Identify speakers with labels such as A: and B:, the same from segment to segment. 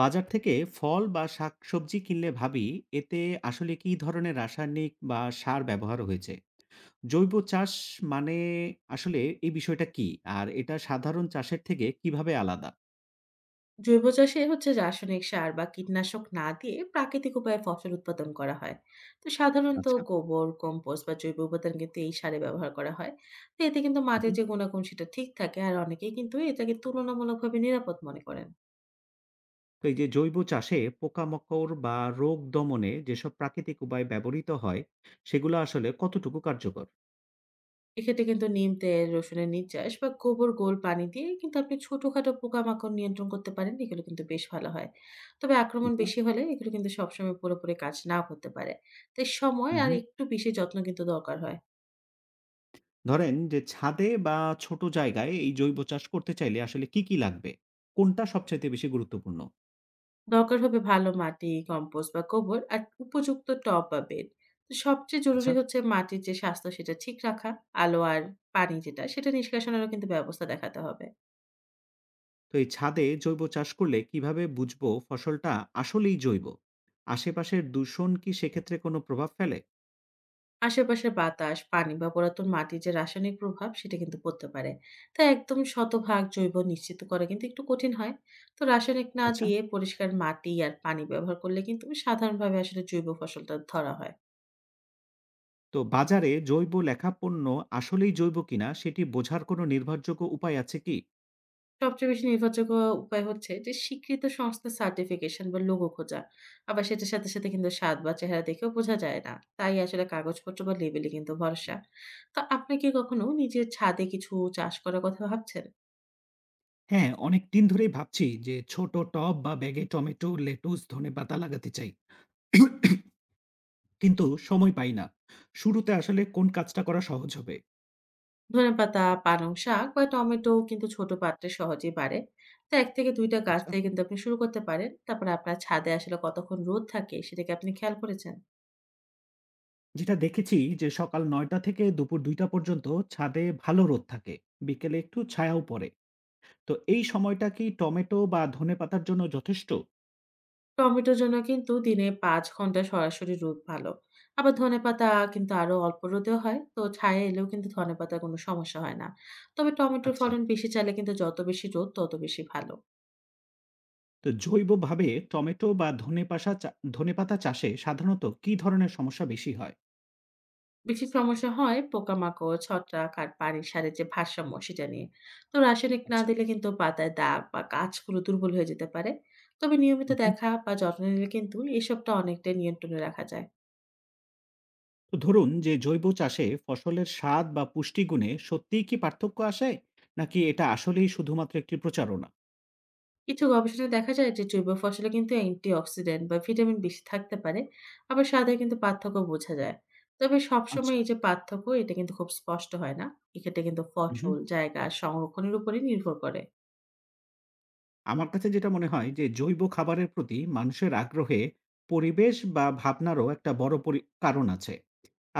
A: বাজার থেকে ফল বা শাকসবজি কিনলে ভাবি এতে আসলে কী ধরনের রাসায়নিক বা সার ব্যবহার হয়েছে? জৈব চাষ মানে আসলে এই বিষয়টা কী? আর এটা সাধারণ চাষের থেকে কিভাবে আলাদা?
B: জৈব চাষে হচ্ছে রাসায়নিক সার বা কীটনাশক না দিয়ে প্রাকৃতিক উপায়ে ফসল উৎপাদন করা হয়। তো সাধারণত
A: আচ্ছা।
B: গোবর কম্পোস্ট বা জৈব উপাদান কিন্তু এই সারে ব্যবহার করা হয়। তো এতে কিন্তু মাটির
A: উহুম।
B: যে গুণাগুণ সেটা ঠিক থাকে আর অনেকেই কিন্তু এটাকে তুলনামূলকভাবে নিরাপদ মনে করেন।
A: তো এই যে জৈব চাষে পোকামাকড় বা রোগ দমনে যেসব প্রাকৃতিক উপায় ব্যবহৃত হয়, সেগুলো আসলে কতটুকু কার্যকর?
B: এক্ষেত্রে কিন্তু নিম তেল রসুনের নির্যাস বা গোবর গোল পানি দিয়ে কিন্তু আপনি ছোটখাটো পোকামাকড় নিয়ন্ত্রণ করতে পারেন, এগুলো কিন্তু বেশ ভালো হয়। তবে আক্রমণ
A: আচ্ছা।
B: বেশি হলে এগুলো কিন্তু সবসময় পুরোপুরি কাজ নাও করতে পারে। তাই সময় আর
A: হুম।
B: একটু বেশি যত্ন কিন্তু দরকার হয়।
A: ধরেন যে ছাদে বা ছোট জায়গায় এই জৈব চাষ করতে চাইলে আসলে কী, কী লাগবে? কোনটা সবচাইতে বেশি গুরুত্বপূর্ণ?
B: দরকার হবে ভালো মাটি, কম্পোস্ট বা গোবর আর উপযুক্ত টব বা বেড। তো সবচেয়ে জরুরি
A: আচ্ছা।
B: হচ্ছে মাটির যে স্বাস্থ্য সেটা ঠিক রাখা, আলো আর পানি যেটা সেটা নিষ্কাশনেরও কিন্তু ব্যবস্থা দেখাতে হবে।
A: তো এই ছাদে জৈব চাষ করলে কিভাবে বুঝবো ফসলটা আসলেই জৈব? আশেপাশের দূষণ কি সেক্ষেত্রে কোনো প্রভাব ফেলে?
B: আশেপাশের বাতাস, পানি বা পুরাতন মাটির যে রাসায়নিক প্রভাব সেটা কিন্তু পড়তে পারে। তাই একদম শতভাগ জৈব নিশ্চিত করা কিন্তু একটু কঠিন হয়। তো রাসায়নিক না
A: আচ্ছা।
B: দিয়ে পরিষ্কার মাটি আর পানি ব্যবহার করলে কিন্তু সাধারণভাবে আসলে জৈব ফসলটা ধরা হয়।
A: তো বাজারে জৈব লেখা পণ্য আসলেই জৈব কিনা সেটি বোঝার কোনো নির্ভরযোগ্য উপায় আছে কি?
B: সবচেয়ে বেশি নির্ভরযোগ্য উপায় হচ্ছে যে স্বীকৃত সংস্থার সার্টিফিকেশন বা লোগো খোঁজা। আবার সেটার সাথে কিন্তু স্বাদ বা চেহারা দেখেও বোঝা যায় না। তাই আসলে কাগজপত্র বা লেবেলে কিন্তু ভরসা। তো আপনি কি কখনো নিজের ছাদে কিছু চাষ করার কথা ভাবছেন?
A: হ্যাঁ, অনেক দিন ধরেই ভাবছি যে ছোট টব বা ব্যাগে টমেটো, লেটুস, ধনে পাতা লাগাতে চাই, কিন্তু সময় পাই না। শুরুতে আসলে কোন কাজটা করা সহজ হবে?
B: ধনেপাতা, পালং শাক বা টমেটো কিন্তু ছোট পাত্রে সহজেই বাড়ে। তো ১ থেকে ২ টা গাছ
A: আচ্ছা,
B: থেকে কিন্তু আপনি শুরু করতে পারেন। তারপরে আপনার ছাদে আসলে কতক্ষণ রোদ থাকে সেটা কি আপনি খেয়াল করেছেন?
A: যেটা দেখেছি যে সকাল নয়টা থেকে দুপুর দুইটা পর্যন্ত ছাদে ভালো রোদ থাকে, বিকেলে একটু ছায়াও পড়ে। তো এই সময়টা কি টমেটো বা ধনেপাতার জন্য যথেষ্ট?
B: টমেটোর জন্য কিন্তু দিনে ৫ ঘন্টা সরাসরি রোদ ভালো। আবার ধনেপাতা কিন্তু আরো অল্প রোদেও হয়। তো ছায়া এলেও কিন্তু ধনেপাতার কোনো সমস্যা হয় না। তবে টমেটোর
A: আচ্ছা।
B: ফলন বেশি চাইলে কিন্তু যত বেশি রোদ তত বেশি ভালো।
A: তো জৈবভাবে টমেটো বা ধনেপাশা চা ধনেপাতা চাষে সাধারণত কি ধরনের সমস্যা বেশি হয়?
B: বেশি সমস্যা হয় পোকামাকড়, ছত্রাক আর পানির সারের যে ভারসাম্য সেটা নিয়ে। তো রাসায়নিক না
A: আচ্ছা।
B: দিলে কিন্তু পাতায় দাগ বা গাছগুলো দুর্বল হয়ে যেতে পারে। তবে নিয়মিত
A: উহু।
B: দেখা বা যত্ন নিলে কিন্তু এসবটা অনেকটাই নিয়ন্ত্রণে রাখা যায়।
A: তো ধরুন যে জৈব চাষে ফসলের স্বাদ বা পুষ্টিগুণে সত্যিই কি পার্থক্য আসে? নাকি এটা আসলেই শুধুমাত্র একটি প্রচারণা?
B: কিছু গবেষণায় দেখা যায় যে জৈব ফসলে কিন্তু অ্যান্টিঅক্সিডেন্ট বা ভিটামিন বেশি থাকতে পারে। আবার স্বাদে কিন্তু পার্থক্য বোঝা যায়। তবে সবসময়
A: আচ্ছা।
B: এই যে পার্থক্য এটা কিন্তু খুব স্পষ্ট হয় না। এক্ষেত্রে কিন্তু
A: উহু।
B: ফসল জায়গা আর সংরক্ষণের উপরে নির্ভর করে।
A: আমার কাছে যেটা মনে হয় যে জৈব খাবারের প্রতি মানুষের আগ্রহে পরিবেশ বা ভাবনারও একটা বড় কারণ আছে।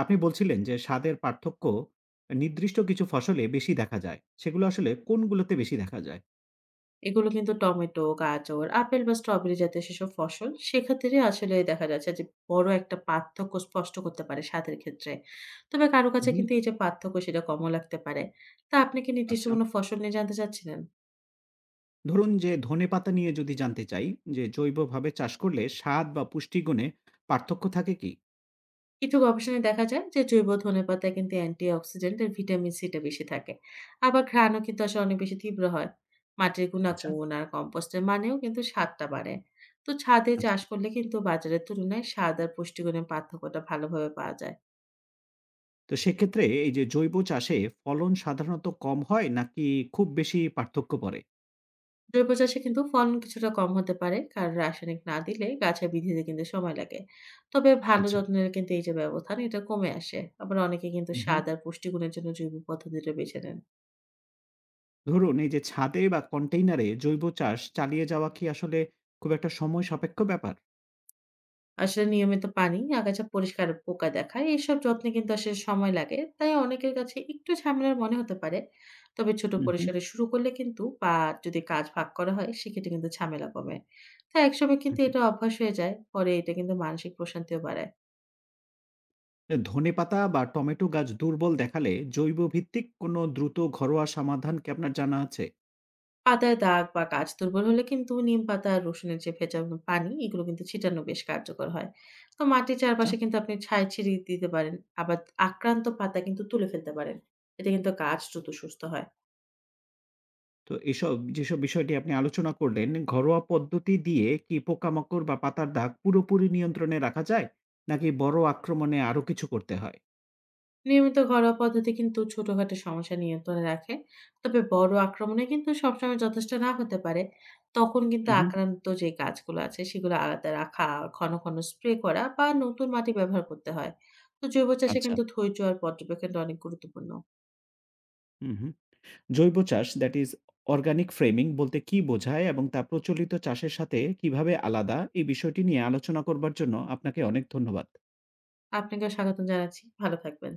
A: আপনি বলছিলেন যে স্বাদের পার্থক্য নির্দিষ্ট কিছু ফসলে বেশি দেখা যায়, সেগুলো আসলে কোনগুলোতে বেশি দেখা যায়?
B: এগুলো কিন্তু টমেটো, গাজর, আপেল বা স্ট্রবেরি জাতীয় সেসব ফসল, সেক্ষেত্রে আসলে দেখা যাচ্ছে যে বড় একটা পার্থক্য স্পষ্ট করতে পারে স্বাদের ক্ষেত্রে। তবে কারো কাছে
A: হুম।
B: কিন্তু এই যে পার্থক্য সেটা কমও লাগতে পারে। তা আপনি কি নির্দিষ্ট
A: আচ্ছা,
B: কোনো ফসল নিয়ে জানতে চাচ্ছিলেন?
A: ধরুন যে ধনেপাতা নিয়ে যদি জানতে চাই যে জৈবভাবে চাষ করলে স্বাদ বা পুষ্টিগুণে পার্থক্য থাকে কি?
B: কিছু গবেষণায় দেখা যায় যে জৈব ধনেপাতায় কিন্তু অ্যান্টিঅক্সিডেন্ট আর ভিটামিন সিটা বেশি থাকে। আবার ঘ্রাণও কিন্তু আসলে অনেক বেশি তীব্র হয়। মাটির
A: আচ্ছা।
B: গুণাগুণ আর কম্পোস্টের মানেও কিন্তু স্বাদটা বাড়ে। তো ছাদে
A: আচ্ছা,
B: চাষ করলে কিন্তু বাজারের তুলনায় স্বাদ আর পুষ্টিগুণের পার্থক্যটা ভালোভাবে পাওয়া যায়।
A: তো সেক্ষেত্রে এই যে জৈব চাষে ফলন সাধারণত কম হয় নাকি খুব বেশি পার্থক্য পড়ে?
B: জৈব চাষে কিন্তু ফলন কিছুটা কম হতে পারে, কারণ রাসায়নিক না দিলে গাছে বৃদ্ধিতে কিন্তু সময় লাগে। তবে ভালো যত্ন নিলে কিন্তু এই যে ব্যবধান এটা কমে আসে, আবার অনেকে কিন্তু
A: আচ্ছা,
B: স্বাদ আর পুষ্টিগুণের জন্য জৈব পদ্ধতিটা বেছে নেন।
A: ধরুন এই যে ছাদে বা কন্টেইনারে জৈব চাষ চালিয়ে যাওয়া কি আসলে খুব একটা সময় সাপেক্ষ ব্যাপার?
B: আসলে নিয়মিত পানি, আগাছা পরিষ্কার, পোকা দেখা এইসব যত্নে কিন্তু আসলে সময় লাগে। তাই অনেকের কাছে একটু ঝামেলার মনে হতে পারে। তবে ছোট
A: হুম, হুম।
B: পরিসরে শুরু করলে কিন্তু বা যদি কাজ ভাগ করা হয় সেক্ষেত্রে কিন্তু ঝামেলা কমে। তো একসময় কিন্তু
A: উহু।
B: এটা অভ্যাস হয়ে যায়। পরে এটা কিন্তু মানসিক প্রশান্তিও বাড়ায়।
A: ধনেপাতা বা টমেটো গাছ দুর্বল দেখালে জৈব ভিত্তিক কোনো দ্রুত ঘরোয়া সমাধান কি আপনার জানা আছে?
B: পাতায় দাগ বা গাছ দুর্বল হলে কিন্তু নিম পাতা আর রসুনের যে ভেজানো পানি এগুলো কিন্তু ছিটানো বেশ কার্যকর হয়। তো মাটির
A: আচ্ছা।
B: চারপাশে কিন্তু আপনি ছাই ছিটিয়ে দিতে পারেন। আবার আক্রান্ত পাতা কিন্তু তুলে ফেলতে পারেন। এতে কিন্তু গাছ দ্রুত সুস্থ হয়।
A: তো এসব যেসব বিষয়টি আপনি আলোচনা করলেন, ঘরোয়া পদ্ধতি দিয়ে কি পোকামাকড় বা পাতার দাগ পুরোপুরি নিয়ন্ত্রণে রাখা যায়? নাকি বড় আক্রমণে আরো কিছু করতে হয়?
B: নিয়মিত ঘরোয়া পদ্ধতি কিন্তু ছোটখাটো সমস্যা নিয়ন্ত্রণে রাখে। তবে বড় আক্রমণে কিন্তু সবসময় যথেষ্ট না হতে পারে। তখন কিন্তু
A: হুম, হুম।
B: আক্রান্ত যে গাছগুলো আছে সেগুলো আলাদা রাখা, ঘন ঘন স্প্রে করা বা নতুন মাটি ব্যবহার করতে হয়। তো জৈব চাষে
A: আচ্ছা।
B: কিন্তু ধৈর্য আর পর্যবেক্ষণটা অনেক গুরুত্বপূর্ণ।
A: হুম, হুম। জৈব চাষ, দ্যাট ইজ অর্গানিক ফ্রেমিং, বলতে কি বোঝায় এবং তা প্রচলিত চাষের সাথে কিভাবে আলাদা এই বিষয়টি নিয়ে আলোচনা করবার জন্য আপনাকে অনেক ধন্যবাদ।
B: আপনাকে স্বাগত জানাচ্ছি, ভালো থাকবেন।